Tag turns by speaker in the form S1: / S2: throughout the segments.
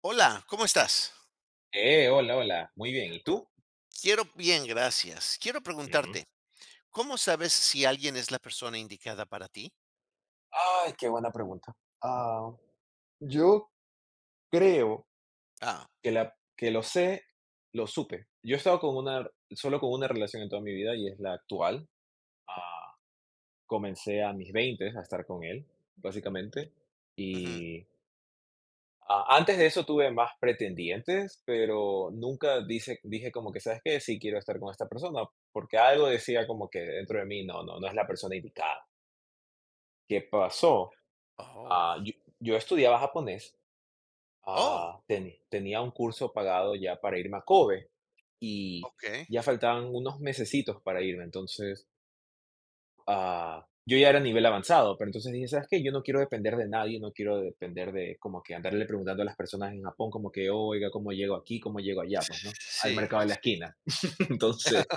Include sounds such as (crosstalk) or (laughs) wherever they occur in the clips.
S1: Hola, ¿cómo estás?
S2: Hola, hola. Muy bien. ¿Y tú?
S1: Quiero bien, gracias. Quiero
S2: Ujú.
S1: preguntarte, ¿cómo sabes si alguien es la persona indicada para ti?
S2: Ay, qué buena pregunta. Ah, yo creo
S1: Ah,
S2: que lo sé, lo supe. Yo he estado con una solo con una relación en toda mi vida y es la actual. Ah, Comencé a mis 20 a estar con él, básicamente.
S1: ujú.
S2: Y, antes de eso tuve más pretendientes, pero nunca dice dije como que, ¿sabes qué? Sí quiero estar con esta persona, porque algo decía como que dentro de mí, no, no, no es la persona indicada. ¿Qué pasó?
S1: Oh,
S2: Ah, yo, yo estudiaba japonés.
S1: oh,
S2: Tenía un curso pagado ya para irme a Kobe y
S1: okey.
S2: ya faltaban unos mesecitos para irme. Entonces, yo ya era nivel avanzado, pero entonces dije: "¿Sabes qué? Yo no quiero depender de nadie, no quiero depender de como que andarle preguntando a las personas en Japón como que, oiga, ¿cómo llego aquí? ¿Cómo llego allá? Pues, ¿no? Al
S1: Sí,
S2: mercado de la
S1: sí.
S2: esquina". (laughs) Entonces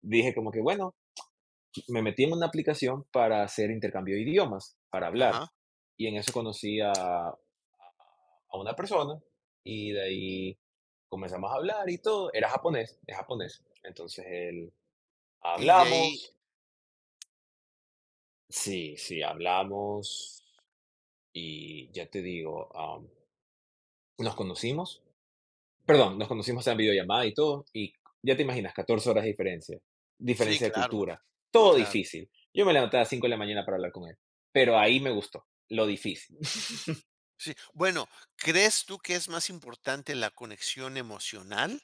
S2: dije como que, bueno, me metí en una aplicación para hacer intercambio de idiomas, para hablar.
S1: Ajá.
S2: Y en eso conocí a una persona, y de ahí comenzamos a hablar y todo. Era japonés, es japonés. Entonces él
S1: Y de ahí,
S2: hablamos, sí, sí, hablamos, y ya te digo, nos conocimos, perdón, nos conocimos en videollamada y todo, y ya te imaginas, 14 horas de diferencia,
S1: sí,
S2: diferencia de
S1: claro,
S2: cultura, todo
S1: claro.
S2: difícil. Yo me levanté a las 5 de la mañana para hablar con él, pero ahí me gustó, lo difícil.
S1: Sí. Bueno, ¿crees tú que es más importante la conexión emocional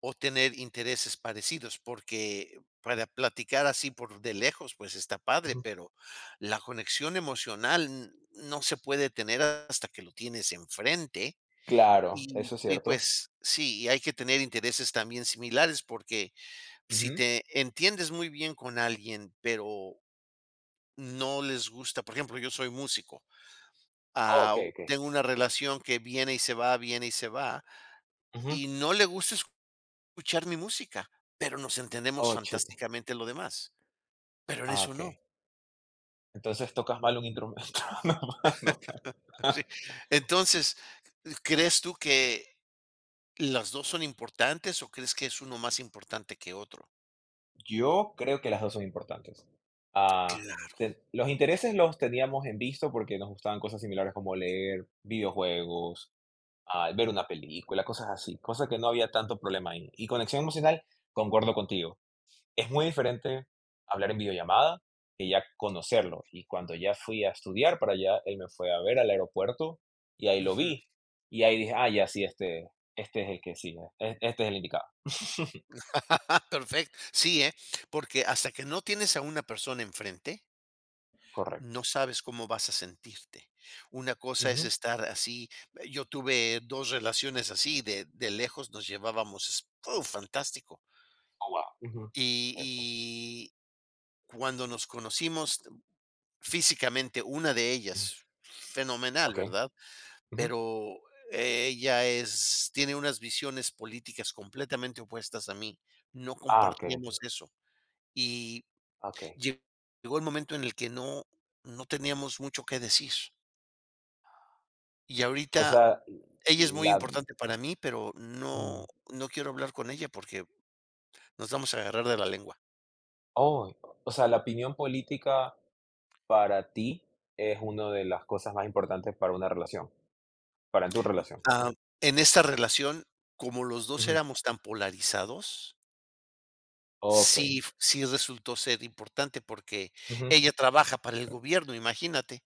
S1: o tener intereses parecidos, porque para platicar así por de lejos, pues está
S2: (laughs)
S1: padre,
S2: Ujú.
S1: pero la conexión emocional no se puede tener hasta que lo tienes enfrente.
S2: Claro, eso es
S1: Y
S2: cierto.
S1: pues sí, y hay que tener intereses también similares porque si
S2: Ujú.
S1: te entiendes muy bien con alguien, pero no les gusta, por ejemplo, yo soy músico.
S2: Oh, ok, ok.
S1: Tengo una relación que viene y se va, viene y se va,
S2: Ujú.
S1: y no le gusta escuchar mi música, pero nos entendemos
S2: Oh, chuta.
S1: fantásticamente lo demás, pero en
S2: Ah,
S1: eso
S2: ok.
S1: no.
S2: Entonces, ¿tocas mal un instrumento? (laughs) No, pa, no,
S1: (laughs) Sí.
S2: pa.
S1: Entonces, ¿crees tú que las 2 son importantes o crees que es uno más importante que otro?
S2: (laughs) Yo creo que las 2 son importantes. Ah,
S1: Claro.
S2: te Los intereses los teníamos en visto porque nos gustaban cosas similares como leer, videojuegos, ver una película, cosas así, cosas que no había tanto problema ahí. Y conexión emocional, concuerdo contigo. Es muy diferente hablar en videollamada que ya conocerlo. Y cuando ya fui a estudiar para allá, él me fue a ver al aeropuerto y ahí lo
S1: Ujú.
S2: vi. Y ahí dije, ah, ya sí, este es el que sí, este es el indicado.
S1: (laughs) Perfecto. Sí, ¿eh? Porque hasta que no tienes a una persona enfrente, no
S2: Correcto.
S1: sabes cómo vas a sentirte. Una cosa es
S2: Ujú.
S1: estar así. Yo tuve 2 relaciones así, de lejos nos llevábamos, ¡puf!, fantástico.
S2: Oh, wow. Ujú. Cierto.
S1: Y cuando nos conocimos físicamente, una de
S2: Ujú.
S1: ellas, fenomenal,
S2: Ok.
S1: ¿verdad?
S2: Ujú.
S1: Pero ella es, tiene unas visiones políticas completamente opuestas a mí. No
S2: Ah, ok.
S1: compartíamos eso. Y
S2: Ok.
S1: lle- llegó el momento en el que no, no teníamos mucho que decir. Y
S2: O
S1: ahorita
S2: sea,
S1: ella es muy
S2: la,
S1: importante para mí, pero no,
S2: mm,
S1: no quiero hablar con ella porque nos vamos a agarrar de la lengua.
S2: oh, o sea, la opinión política para ti es una de las cosas más importantes para una relación, para tu relación.
S1: Ah, en esta relación, como los dos
S2: Ujú.
S1: éramos tan polarizados,
S2: Ok.
S1: sí, sí resultó ser importante porque
S2: Ujú.
S1: ella trabaja para el gobierno, imagínate.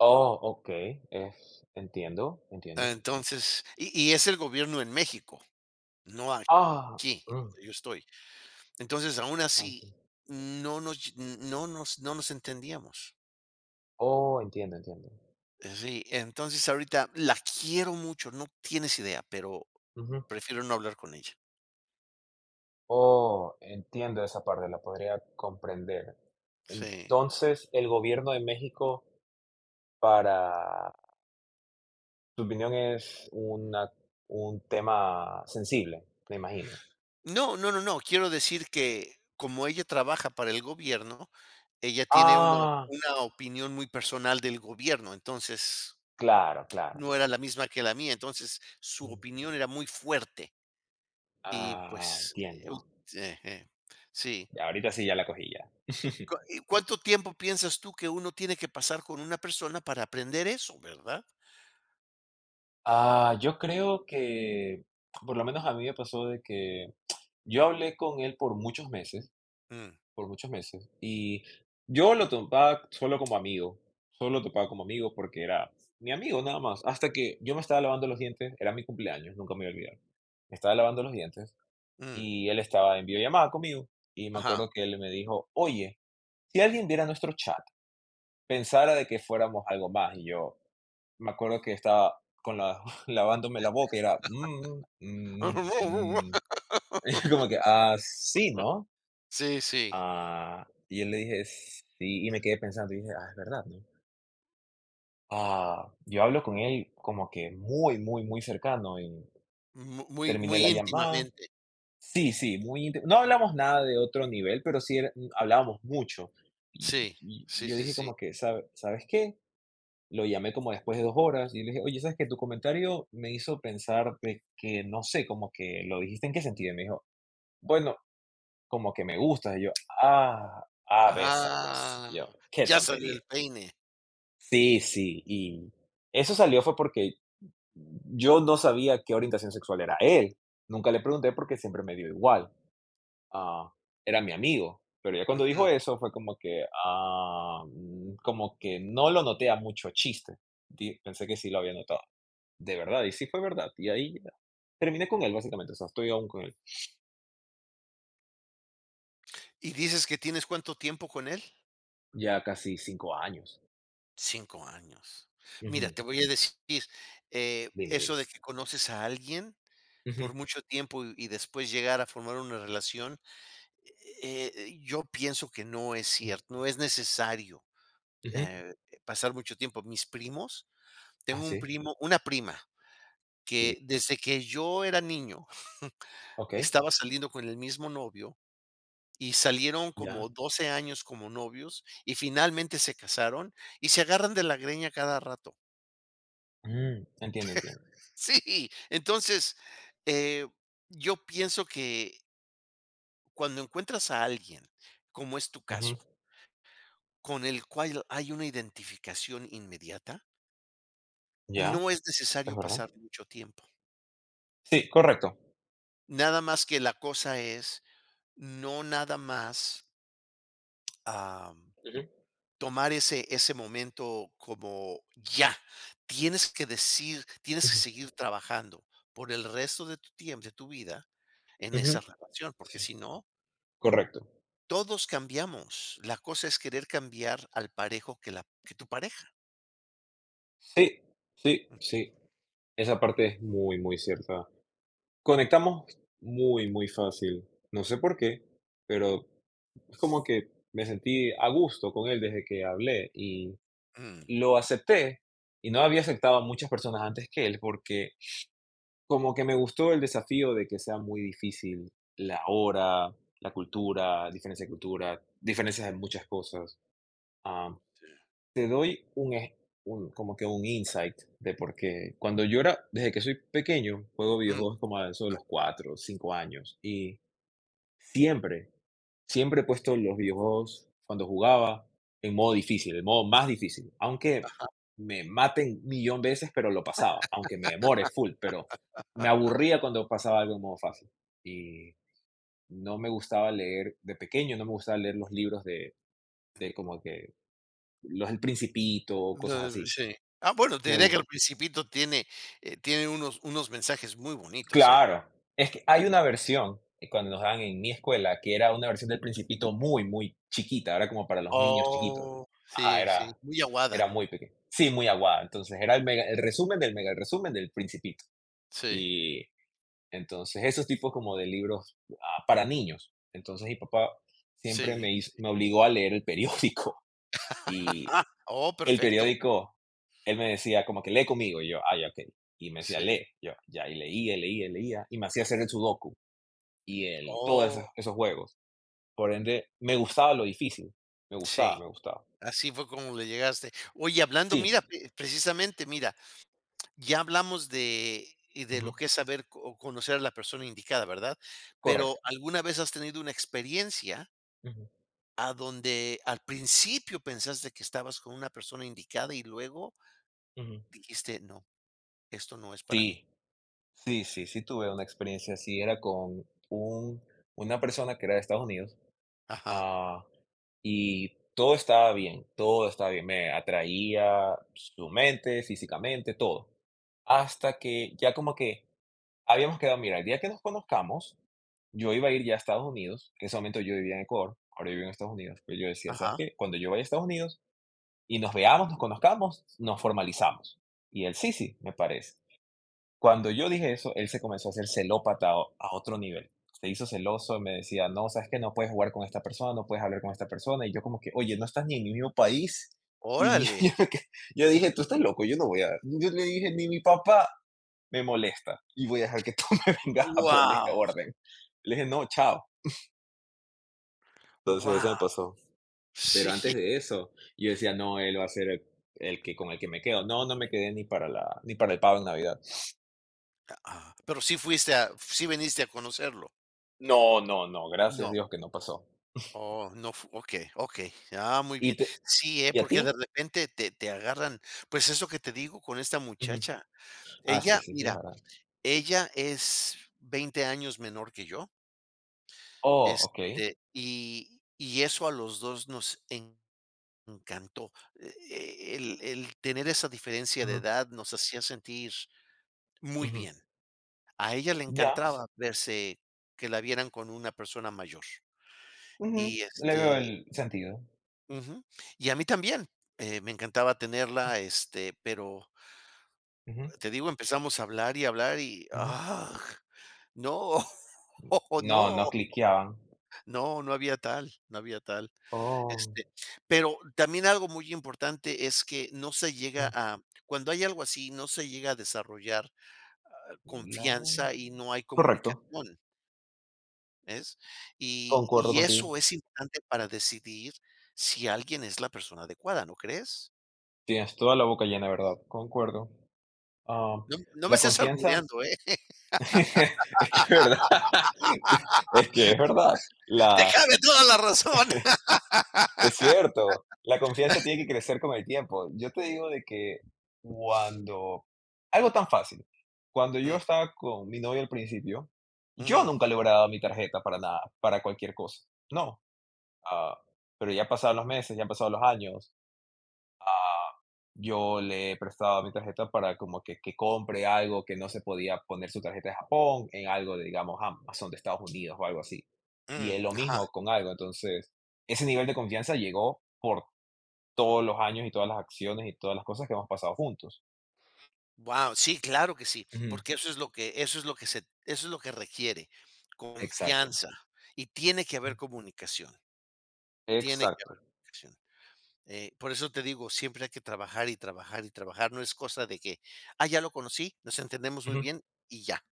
S2: Oh, okey, es entiendo, entiendo.
S1: Entonces, y es el gobierno en México, no
S2: Ah,
S1: aquí,
S2: mm,
S1: donde yo estoy. Entonces, aún así,
S2: Entiendo.
S1: no nos lle no nos no nos entendíamos.
S2: Oh, entiendo, entiendo.
S1: Sí, entonces ahorita la quiero mucho, no tienes idea, pero
S2: Ujú.
S1: prefiero no hablar con ella.
S2: Oh, entiendo esa parte, la podría comprender.
S1: Sí.
S2: Entonces, el gobierno de México, para tu opinión, es una un tema sensible, me imagino.
S1: No, no, no, no. Quiero decir que como ella trabaja para el gobierno, ella tiene
S2: Ah,
S1: una opinión muy personal del gobierno. Entonces,
S2: claro, claro.
S1: no era la misma que la mía, entonces, su
S2: Mm.
S1: opinión era muy fuerte y,
S2: Ah,
S1: pues, eh, ut
S2: entiendo.
S1: Eje, sí.
S2: Ya, ahorita sí ya la cogí ya.
S1: ¿Cua
S2: (laughs)
S1: y cuánto tiempo piensas tú que uno tiene que pasar con una persona para aprender eso, verdad?
S2: Yo creo que, por lo menos, a mí me pasó de que yo hablé con él
S1: Mm,
S2: por muchos meses, y yo lo topaba solo como amigo, solo lo topaba como amigo porque era mi amigo nada más, hasta que yo me estaba lavando los dientes, era mi cumpleaños, nunca me voy a olvidar. Me estaba lavando los dientes
S1: mm,
S2: y él estaba en videollamada conmigo, y me
S1: ajá.
S2: acuerdo que él me dijo: "Oye, si alguien viera nuestro chat, pensara de que fuéramos algo más", y yo me acuerdo que estaba (laughs) lavándome la boca, y era: "Mm, mm, mm".
S1: (laughs)
S2: (laughs) Como que, ah, sí, ¿no?
S1: Sí, sí,
S2: Ah, y yo le dije: "Sí", y me quedé pensando, y dije: "Ah, es verdad", ¿no? Yo hablo con él como que muy, muy, muy cercano, y
S1: mu muy
S2: terminé
S1: muy
S2: la llamada.
S1: íntimamente.
S2: Sí, sí, muy íntimo. No hablamos nada de otro nivel, pero sí era hablábamos mucho. Y
S1: Sí,
S2: y
S1: sí,
S2: yo
S1: sí,
S2: dije
S1: sí.
S2: como que: "¿Sabes qué?". Lo llamé como después de 2 horas y le dije: "Oye, ¿sabes qué? Tu comentario me hizo pensar de que, no sé, como que lo dijiste, ¿en qué sentido?". Y me dijo: "Bueno, como que me gustas". Y yo: Ve esa cosa".
S1: Ah,
S2: Y yo: "Qué
S1: ya salió
S2: tontería".
S1: el peine.
S2: Sí, sí, y eso salió fue porque yo no sabía qué orientación sexual era él. Nunca le pregunté porque siempre me dio igual. Ah, Era mi amigo. Pero ya cuando
S1: Ujú.
S2: dijo eso fue como que, como que no lo noté a mucho chiste. Pensé que sí lo había notado. De verdad, y sí fue verdad. Y ahí ya terminé con él, básicamente. O sea, estoy aún con él.
S1: ¿Y dices que tienes cuánto tiempo con él?
S2: Ya casi 5 años.
S1: 5 años. Mira,
S2: Ujú.
S1: te voy a decir,
S2: Dime, dime.
S1: eso de que conoces a alguien
S2: Ujú,
S1: por mucho tiempo y después llegar a formar una relación, yo pienso que no es cierto, no es necesario,
S2: ujú.
S1: eh, pasar mucho tiempo. Mis primos,
S2: Ah,
S1: tengo un
S2: sí,
S1: primo una prima
S2: sí.
S1: que desde que yo era niño
S2: Ok,
S1: estaba saliendo con el mismo novio y salieron
S2: ya.
S1: como 12 años como novios y finalmente se casaron y se agarran de la greña cada rato.
S2: Mm, entiendo, entiendo.
S1: (laughs) Sí, entonces, eh, yo pienso que cuando encuentras a alguien, como es tu caso, con el cual hay una identificación inmediata,
S2: Ya,
S1: no es
S2: es
S1: necesario
S2: verdad.
S1: pasar mucho tiempo.
S2: Sí, correcto.
S1: Nada más que la cosa es no nada más,
S2: Ujú.
S1: tomar ese momento como ya. Tienes que decir, tienes que
S2: Ujú,
S1: seguir trabajando por el resto de tu tiempo, de tu vida, en esa
S2: ujú.
S1: relación, porque
S2: Sí,
S1: si no,
S2: correcto.
S1: todos cambiamos. La cosa es querer cambiar al parejo que, la, que tu pareja.
S2: Sí, sí, sí. Esa parte es muy, muy cierta. Conectamos muy, muy fácil. No sé por qué, pero es como que me sentí a gusto con él desde que hablé y
S1: Mm.
S2: lo acepté. Y no había aceptado a muchas personas antes que él porque como que me gustó el desafío de que sea muy difícil la hora, la cultura, diferencia de cultura, diferencias en muchas cosas.
S1: Sí.
S2: Te doy un, como que, un insight de por qué. Cuando yo era Desde que soy pequeño, juego
S1: Mm,
S2: videojuegos como a eso de los 4 5 años, y siempre, siempre he puesto los videojuegos, cuando jugaba, en modo difícil, el modo más difícil, aunque me maten un millón de veces, pero lo pasaba, aunque me demore full, pero me aburría cuando pasaba algo en modo fácil. Y no me gustaba leer de pequeño, no me gustaba leer los libros de como que los El Principito, cosas
S1: no,
S2: así.
S1: sí. Ah, bueno, te
S2: Me
S1: diré que
S2: gus
S1: el principito tiene, tiene unos, unos mensajes muy bonitos, ¿eh?
S2: Claro, es que hay una versión, cuando nos daban en mi escuela, que era una versión del Principito muy, muy chiquita, era como para los niños chiquitos.
S1: Oh,
S2: Ajá,
S1: sí, sí, muy aguada.
S2: era muy pequeña. Sí, muy aguada. Entonces, era el resumen del mega el resumen del Principito.
S1: Sí,
S2: Y entonces, esos tipos como de libros, para niños. Entonces, mi papá siempre
S1: sí, sí.
S2: me obligó a leer el periódico, (laughs) y
S1: Ah, oh,
S2: el
S1: perfecto.
S2: periódico, él me decía como que: "Lee conmigo", y yo: "Ah, ya, okey". Y me decía:
S1: Sí.
S2: "Lee", yo ya, y leía, leía, leía, y me hacía hacer el sudoku y todos
S1: Oh,
S2: esos, juegos. Por ende, me gustaba lo difícil. Me gustaba,
S1: sí,
S2: me gustaba.
S1: así fue como le llegaste. Oye, hablando,
S2: Sí,
S1: mira, precisamente, mira, ya hablamos de, y de lo
S2: ujú,
S1: que es saber co- o conocer a la persona indicada, ¿verdad? Pero
S2: correcto.
S1: ¿alguna vez has tenido una experiencia
S2: Ujú,
S1: a donde al principio pensaste que estabas con una persona indicada y luego
S2: ujú.
S1: dijiste, no, esto no es para mí?
S2: Sí, sí, sí, sí tuve una experiencia así. Era con un, una persona que era de Estados Unidos,
S1: Ajá,
S2: ah, y todo estaba bien, todo estaba bien. Me atraía su mente, físicamente, todo. Hasta que ya como que habíamos quedado, mira, el día que nos conozcamos, yo iba a ir ya a Estados Unidos, que en ese momento yo vivía en Ecuador, ahora yo vivo en Estados Unidos, pero yo decía:
S1: ajá,
S2: "¿Sabes qué? Cuando yo vaya a Estados Unidos y nos veamos, nos conozcamos, nos formalizamos". Y él, sí, sí, me parece. Cuando yo dije eso, él se comenzó a hacer celópata a otro nivel. Se hizo celoso, me decía: "No, ¿sabes qué? No puedes jugar con esta persona, no puedes hablar con esta persona". Y yo como que: "Oye, no estás ni en mi mismo país". Y
S1: órale.
S2: (laughs) yo me quedé- yo dije: "Tú estás loco, yo no voy a...". Yo le dije: "Ni mi papá me molesta, y voy a dejar que tú (laughs) me vengas a poner
S1: Wow,
S2: orden". Le dije: "No, chao". Entonces,
S1: wow,
S2: eso me pasó. Pero
S1: sí.
S2: antes de eso, yo decía: "No, él va a ser el que, con el que me quedo". No, no me quedé ni ni para el pavo en Navidad.
S1: Pero sí fuiste a, sí viniste a conocerlo.
S2: No, no, no, gracias a
S1: No.
S2: Dios que no pasó.
S1: Oh, no fu okey, okey. Ah, muy bien.
S2: ¿Y, te-
S1: Sí,
S2: ¿Y a
S1: porque de
S2: ti?
S1: repente te agarran, pues, eso que te digo con esta
S2: Ujú.
S1: muchacha.
S2: Ah, sí,
S1: Ella,
S2: sí, sí, es
S1: mira,
S2: verdad.
S1: ella es 20 años menor que yo,
S2: Oh, ok.
S1: este, y eso a los 2 nos encantó. El tener esa diferencia de
S2: Ujú,
S1: edad nos hacía sentir muy
S2: ujú.
S1: bien. A ella le
S2: Ya.
S1: encantaba verse que la vieran con una persona mayor.
S2: Ujú,
S1: Y,
S2: le veo
S1: este.
S2: el sentido.
S1: Ujú. Y a mí también, me encantaba tenerla, este, pero
S2: Ujú,
S1: te digo, empezamos a hablar y hablar y,
S2: ujú.
S1: ¡ah! No, (laughs)
S2: No, no
S1: no,
S2: cliqueaban.
S1: no, no había tal, no había tal.
S2: Oh.
S1: Este, pero también algo muy importante es que no se llega
S2: mm,
S1: a cuando hay algo así, no se llega a desarrollar
S2: la-
S1: confianza y no hay
S2: Correcto.
S1: comunicación, ¿ves? Y
S2: Concuerdo
S1: y
S2: contigo.
S1: eso es importante para decidir si alguien es la persona adecuada, ¿no crees?
S2: Tienes toda la boca llena, ¿verdad? Concuerdo. Ah,
S1: No no me
S2: la
S1: estés
S2: confianza
S1: albureando, ¿eh?
S2: (laughs) es que, es, ¿verdad? (laughs) Es que es verdad.
S1: (laughs) Te
S2: La,
S1: cabe toda la razón. (laughs)
S2: es cierto. La confianza tiene que crecer con el tiempo. Yo te digo de que cuando, algo tan fácil, cuando yo
S1: Mm,
S2: estaba con mi novia al principio, yo
S1: ujú,
S2: nunca le hubiera dado mi tarjeta para nada, para cualquier cosa. No. Ah, pero ya pasaron los meses, ya han pasado los años. Yo le he prestado mi tarjeta para como que compre algo que no se podía poner su tarjeta de Japón, en algo de, digamos, Amazon de Estados Unidos o algo así. Y es
S1: mm,
S2: lo
S1: ajá.
S2: mismo con algo. Entonces, ese nivel de confianza llegó por todos los años y todas las acciones y todas las cosas que hemos pasado juntos.
S1: Wow. Sí, claro que sí,
S2: Ujú,
S1: porque eso es lo que eso es lo que se eso es lo que requiere,
S2: exacto.
S1: confianza, y tiene que haber comunicación, tiene que haber
S2: Exacto.
S1: comunicación. Por eso te digo, siempre hay que trabajar y trabajar y trabajar, no es cosa de que: "Ah, ya lo conocí, nos entendemos muy
S2: Ujú,
S1: bien y ya".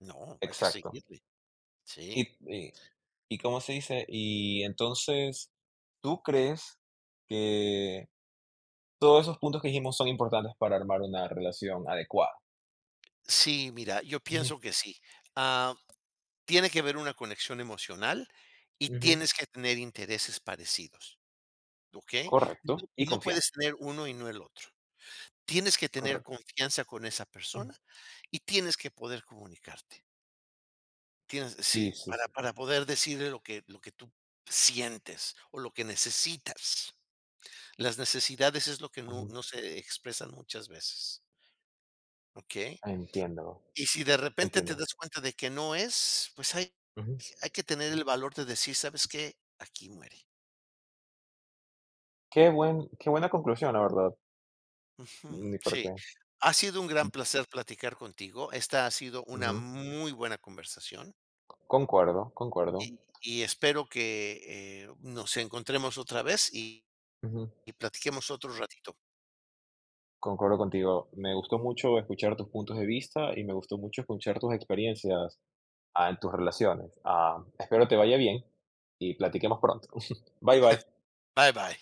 S1: No, hay que
S2: exacto.
S1: seguirle.
S2: Y
S1: Sí.
S2: y y, ¿cómo se dice? Y entonces, ¿tú crees que todos esos puntos que dijimos son importantes para armar una relación adecuada?
S1: Sí, mira, yo
S2: Ujú,
S1: pienso que sí. Ah, tiene que haber una conexión emocional y
S2: ujú.
S1: tienes que tener intereses parecidos, ¿ok? No
S2: Correcto, y
S1: no
S2: confianza,
S1: puedes tener uno y no el otro. Tienes que tener
S2: correcto.
S1: confianza con esa
S2: Mm.
S1: persona y tienes que poder comunicarte. Tienes sí,
S2: Sí, sí,
S1: para
S2: sí.
S1: para poder decirle lo que tú sientes o lo que necesitas. Las necesidades es lo que no
S2: Ujú.
S1: no se expresan muchas veces, ¿ok?
S2: Entiendo,
S1: Y si de repente te
S2: entiendo.
S1: das cuenta de que no es, pues hay
S2: Ujú.
S1: hay que tener el valor de decir, ¿sabes qué? Aquí muere.
S2: Qué buena conclusión, la verdad,
S1: Ujú,
S2: ni por
S1: sí.
S2: qué.
S1: Ha sido un gran placer platicar contigo. Esta ha sido una
S2: Ujú.
S1: muy buena conversación
S2: Concuerdo, concuerdo.
S1: y espero que, nos encontremos otra vez y
S2: Ujú.
S1: y platiquemos otro ratito.
S2: Concuerdo contigo. Me gustó mucho escuchar tus puntos de vista y me gustó mucho escuchar tus experiencias, en tus relaciones. Espero te vaya bien y platiquemos pronto. (laughs) Bye, bye.
S1: Bye, bye.